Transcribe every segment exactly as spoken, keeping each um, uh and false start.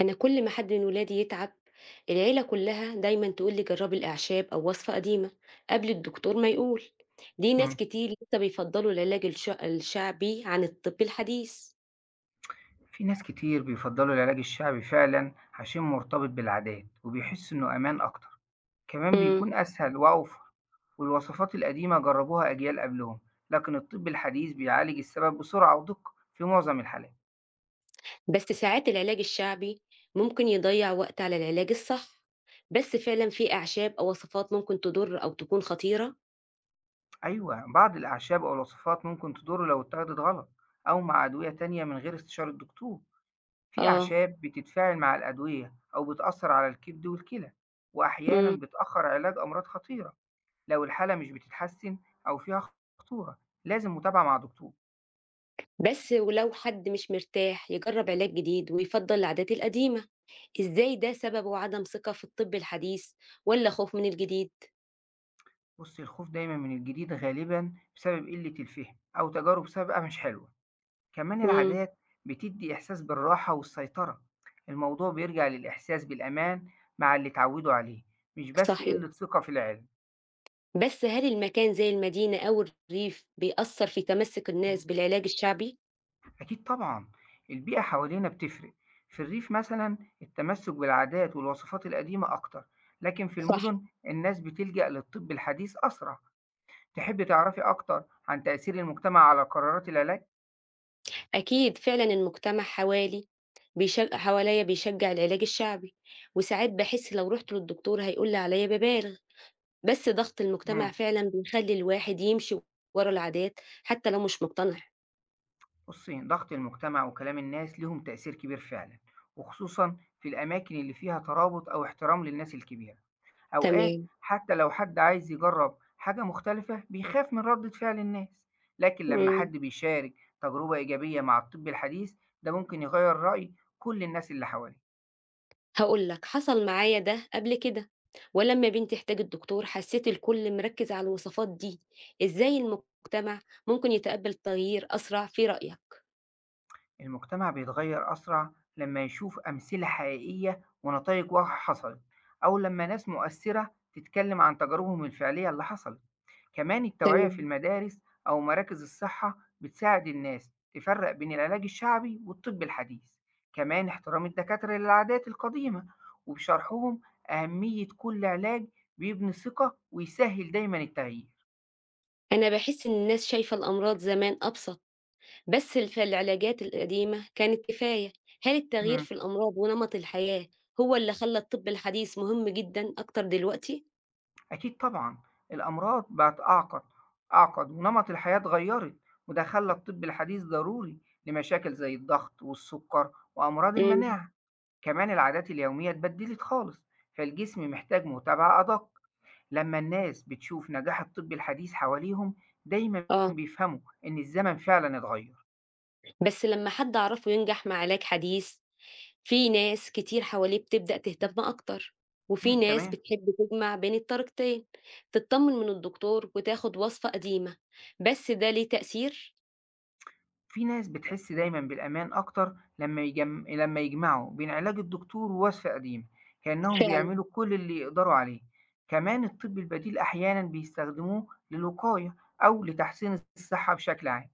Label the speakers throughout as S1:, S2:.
S1: أنا كل ما حد من ولادي يتعب، العيلة كلها دايما تقول لي جربي الأعشاب أو وصفة قديمة قبل الدكتور ما يقول. دي ناس
S2: إمم.
S1: كتير لسه بيفضلوا العلاج الش- الشعبي عن الطب الحديث.
S2: في ناس كتير بيفضّلوا العلاج الشعبي فعلًا عشان مرتبط بالعادات وبيحسّوا إنه أمان أكتر، كمان
S1: مم.
S2: بيكون أسهل وأوفر. والوصفات القديمة جرّبوها أجيال قبلهم، لكن الطِب الحديث بيعالج السبب بسرعة ودِقّة في معظم الحالات.
S1: بس ساعات العلاج الشعبي ممكن يضيع وقت على العلاج الصح، بس فعلا في أعشاب أو وصفات ممكن تضر أو تكون خطيرة.
S2: أيوه، بعض الأعشاب أو الوصفات ممكن تضُر لو اتاخدت غلط أو مع أدوية تانية من غير استشارة الدكتور. في
S1: آه
S2: أعشاب بتتفاعل مع الأدوية أو بتأثّر على الكبد والكلى، وأحيانًا
S1: مم.
S2: بتأخّر علاج أمراض خطيرة. لو الحالة مش بتتحسن أو فيها خطورة لازم متابعة مع دكتور.
S1: بس ولو حد مش مرتاح يجرب علاج جديد ويفضل العادات القديمة، إزاي ده؟ سببه عدم ثقة في الطب الحديث والّا خوف من الجديد؟
S2: بص، الخوف دايما من الجديد غالبا بسبب قلة الفهم أو تجارب سابقة مش حلوة. كمان
S1: إمم،
S2: العادات بتدي إحساس بالراحة والسيطرة. الموضوع بيرجع للإحساس بالأمان مع اللي اتعودوا عليه، مش بس
S1: صحيح.
S2: قلة ثقة في العلم.
S1: بس هل المكان زي المدينة أو الريف بيأثّر في تمسّك الناس
S2: مم.
S1: بالعلاج الشعبي؟
S2: أكيد طبعا، البيئة حوالينا بتفرق. في الريف مثلا التمسك بالعادات والوصفات القديمة أكتر، لكن في
S1: صح،
S2: المدن الناس بتلجأ للطب الحديث أسرع. تحبي تعرفي أكتر عن تأثير المجتمع على قرارات العلاج؟
S1: أكيد فعلًا المجتمع حوالي، بيش حواليّا بيشجّع العلاج الشعبي، وساعات باحس لو رُحت للدكتور هيقول لي عليّا بابالغ، بس ضغط المجتمع
S2: مم.
S1: فعلًا بيخلّي الواحد يمشي ورا العادات حتى لو مش مقتنع.
S2: بصي، ضغط المجتمع وكلام الناس ليهم تأثير كبير فعلا، وخصوصا في الأماكن اللي فيها ترابط أو احترام للناس الكبيرة. أوقات
S1: تمام.
S2: حتى لو حد عايز يجرب حاجة مختلفة بيخاف من ردة فعل الناس، لكن لما
S1: إمم.
S2: حد بيشارك تجربة إيجابية مع الطب الحديث ده ممكن يغير رأي كل الناس اللي حواليه.
S1: هاقول لك، حصل معايا ده قبل كده، ولمّا بنتي احتاجت دكتور حسيت الكل مركّز على الوصفات دي. إزاي المجتمع ممكن يتقبل التغيير أسرع في رأيك؟
S2: المجتمع بيتغير أسرع لما يشوف أمثلة حقيقية ونتائج واضحة حصلت، أو لما ناس مؤثرة تتكلم عن تجاربهم الفعلية اللي حصلت. كمان التوعية في
S1: تمام.
S2: المدارس أو مراكز الصحة بتساعد الناس تفرق بين العلاج الشعبي والطب الحديث. كمان احترام الدكاترة للعادات القديمة وبشرحهم أهمية كل علاج بيبني ثقة ويسهل دايما التغيير.
S1: أنا باحس إن الناس شايفة الأمراض زمان أبسط، بس الف العلاجات القديمة كانت كفاية. هل التغيير في الأمراض ونمط الحياة هو اللي خلّى الطب الحديث مهم جدًا أكتر دلوقتي؟
S2: أكيد طبعًا، الأمراض بقت أعقد أعقد ونمط الحياة اتغيّرت، وده خلّى الطب الحديث ضروري لمشاكل زي الضغط والسُكّر وأمراض
S1: إمم.
S2: المناعة، كمان العادات اليومية اتبدلت خالص، فالجسم محتاج متابعة أدق، لمّا الناس بتشوف نجاح الطب الحديث حواليهم دايمًا
S1: آه،
S2: بيفهموا إن الزمن فعلًا اتغيّر.
S1: بس لمّا حد أعرفه ينجح مع علاج حديث في ناس كتير حواليه بتبدأ تهتم أكتر، وفي
S2: إمم،
S1: ناس
S2: تمام.
S1: بتحب تجمع بين الطريقتين، تطمن من الدكتور وتاخد وصفة قديمة، بس ده ليه تأثير؟
S2: في ناس بتحس دايما بالأمان أكتر لما يجم... لما يجمعوا بين علاج الدكتور ووصفة قديمة، كأنهم
S1: فعلًا.
S2: بيعملوا كل اللي يقدروا عليه. كمان الطب البديل أحيانا بيستخدموه للوقاية أو لتحسين الصحة بشكل عام.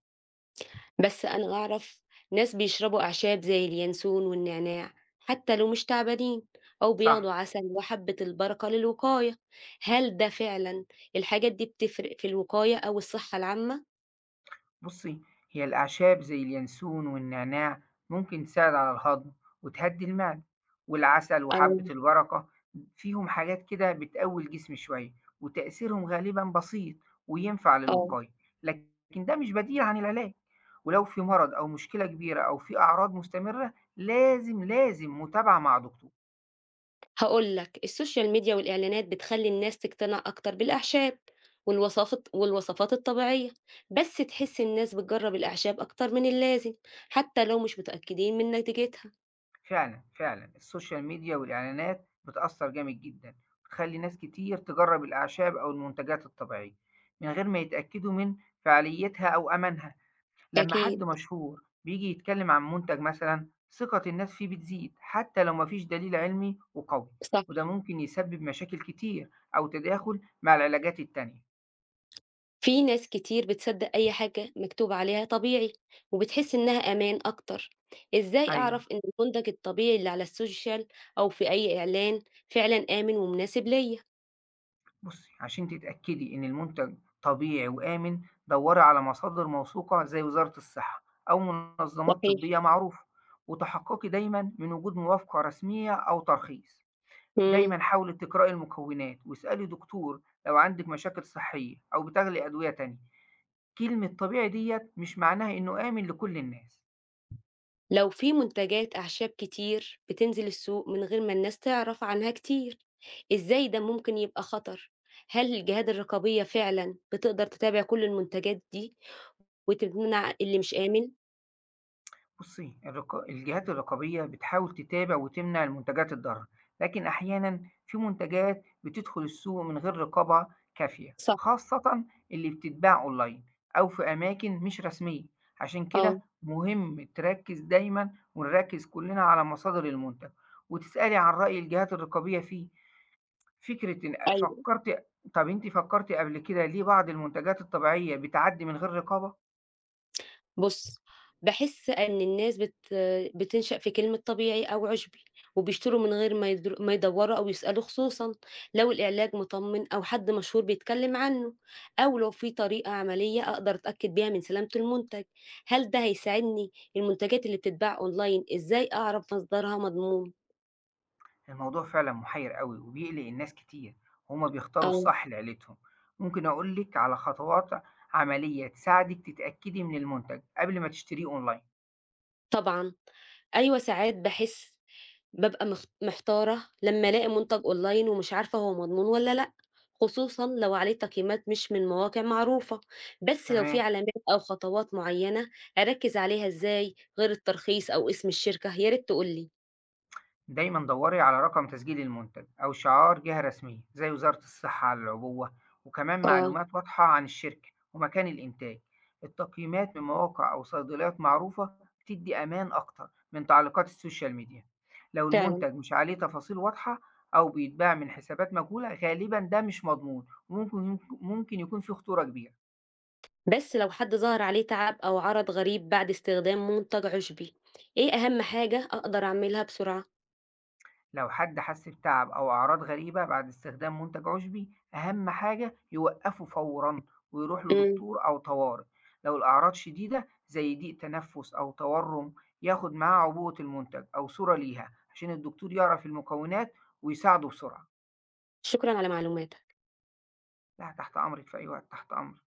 S1: بس أنا أعرف ناس بيشربوا أعشاب زي اليانسون والنعناع حتى لو مش تعبانين، أو
S2: صح.
S1: بياخدوا عسل وحبة البركة للوقاية. هل ده فعلًا الحاجات دي بتفرق في الوقاية أو الصحة العامة؟
S2: بُصّي، هي الأعشاب زي اليانسون والنعناع ممكن تساعد على الهضم وتهدّي المعدة، والعسل وحبّة
S1: آه،
S2: البركة فيهم حاجات كده بتقوي الجسم شوية، وتأثيرهم غالبًا بسيط وينفع
S1: آه.
S2: للوقاية، لكن ده مش بديل عن العلاج، ولو في مرض أو مشكلة كبيرة أو في أعراض مستمرة لازم، لازم متابعة مع دكتور.
S1: هاقول لك، السوشيال ميديا والإعلانات بتخلّي الناس تقتنع أكتر بالأعشاب والوصافت والوصفات الطبيعية، بس تحس الناس بتجرّب الأعشاب أكتر من اللازم، حتى لو مش متأكدين من نتيجتها.
S2: فعلًا، فعلًا، السوشيال ميديا والإعلانات بتأثّر جامد جدًا، وبتخلّي ناس كتير تجرّب الأعشاب أو المنتجات الطبيعية من غير ما يتأكدوا من فعاليتها أو أمانها. لمّا
S1: أكيد،
S2: حد مشهور بييجي يتكلم عن منتج مثلًا، ثقة الناس فيه بتزيد حتى لو ما فيش دليل علمي وقوي،
S1: صح.
S2: وده ممكن يسبب مشاكل كتير أو تداخل مع العلاجات التانية.
S1: في ناس كتير بتصدّق أي حاجة مكتوب عليها طبيعي، وبتحس إنها أمان أكتر. إزاي أعرف
S2: أيوه.
S1: إن المنتج الطبيعي اللي على السوشيال أو في أي إعلان فعلًا آمن ومناسب ليّا؟
S2: بُصّي، عشان تتأكدي إن المنتج طبيعي وآمن، دوري على مصادر موثوقة زي وزارة الصحة أو منظمات
S1: صحيح.
S2: طبية معروفة، وتحققي دايمًا من وجود موافقة رسمية أو ترخيص.
S1: إمم.
S2: دايمًا حاولي تقرأي المكونات واسألي دكتور لو عندِك مشاكل صحية أو بتاخدي أدوية تانية. كلمة طبيعي ديّة مش معناها إنه آمن لكل الناس.
S1: لو في منتجات أعشاب كتير بتنزل السوق من غير ما الناس تعرف عنها كتير، إزاي ده ممكن يبقى خطر؟ هل الجهات الرقابية فعلا بتقدر تتابع كل المنتجات دي وتمنع اللي مش آمن؟
S2: بُصّي، الرقا الجهات الرقابية بتحاول تتابع وتمنع المنتجات الضارة، لكن أحيانًا في منتجات بتدخل السوق من غير رقابة كافية،
S1: صح.
S2: خاصةً اللي بتتباع أونلاين أو في أماكن مش رسمية. عشان
S1: اه.
S2: كده مهم تركّز دايمًا ونركّز كلنا على مصادر المنتج، وتسألي عن رأي الجهات الرقابية فيه. فكرة إن
S1: أيوه.
S2: فكرتِ طَب أنتِ فكرتِ قبل كده ليه بعض المنتجات الطبيعية بتعدّي من غير رقابة؟
S1: بُص، باحس إن الناس بت بتنشأ في كلمة طبيعي أو عُشبي، وبيشتروا من غير ما يدر ما يدوّروا أو يسألوا، خصوصًا لو العلاج مطمّن أو حد مشهور بيتكلم عنه، أو لو في طريقة عملية أقدر أتأكد بيها من سلامة المنتج. هل ده هيساعدني؟ المنتجات اللي بتتباع أونلاين إزاي أعرف مصدرها مضمون؟
S2: الموضوع فعلًا محيّر أوي وبيقلق الناس كتير وهُم بيختاروا
S1: آه.
S2: الصح لعيلتهم. ممكن أقول لِك على خطوات عملية تساعدِك تتأكدي من المنتج قبل ما تشتريه أونلاين.
S1: طبعًا، أيوه ساعات باحس بابقى مخ محتارة لمّا ألاقي منتج أونلاين ومش عارفة هو مضمون والّا لأ، خصوصًا لو عليه تقييمات مش من مواقع معروفة، بس لو في
S2: تمام.
S1: علامات أو خطوات معيّنة أركّز عليها، إزاي غير الترخيص أو اسم الشركة، يا ريت تقول لي؟
S2: دايما دوري على رقم تسجيل المنتج أو شعار جهة رسمية زي وزارة الصحة على العبوة، وكمان
S1: آه،
S2: معلومات واضحة عن الشركة ومكان الإنتاج. التقييمات من مواقع أو صيدليات معروفة بتدي أمان أكتر من تعليقات السوشيال ميديا. لو
S1: فعلًا.
S2: المنتج مش عليه تفاصيل واضحة أو بيتباع من حسابات مجهولة غالبا ده مش مضمون، وممكن ممكن يكون فيه خطورة كبيرة.
S1: بس لو حد ظهر عليه تعب أو عرض غريب بعد استخدام منتج عُشبي، إيه أهم حاجة أقدر أعملها بسرعة؟
S2: لو حد حس بتعب أو أعراض غريبة بعد استخدام منتج عشبي أهم حاجة يوقفه فورا ويروح
S1: إمم،
S2: لدكتور أو طوارئ. لو الأعراض شديدة زي ضيق تنفس أو تورم ياخد معاه عبوة المنتج أو صورة ليها عشان الدكتور يعرف المكونات ويساعده بسرعة.
S1: شكرًا على معلوماتك.
S2: لا، تحت أمرك في أي وقت، تحت أمرك.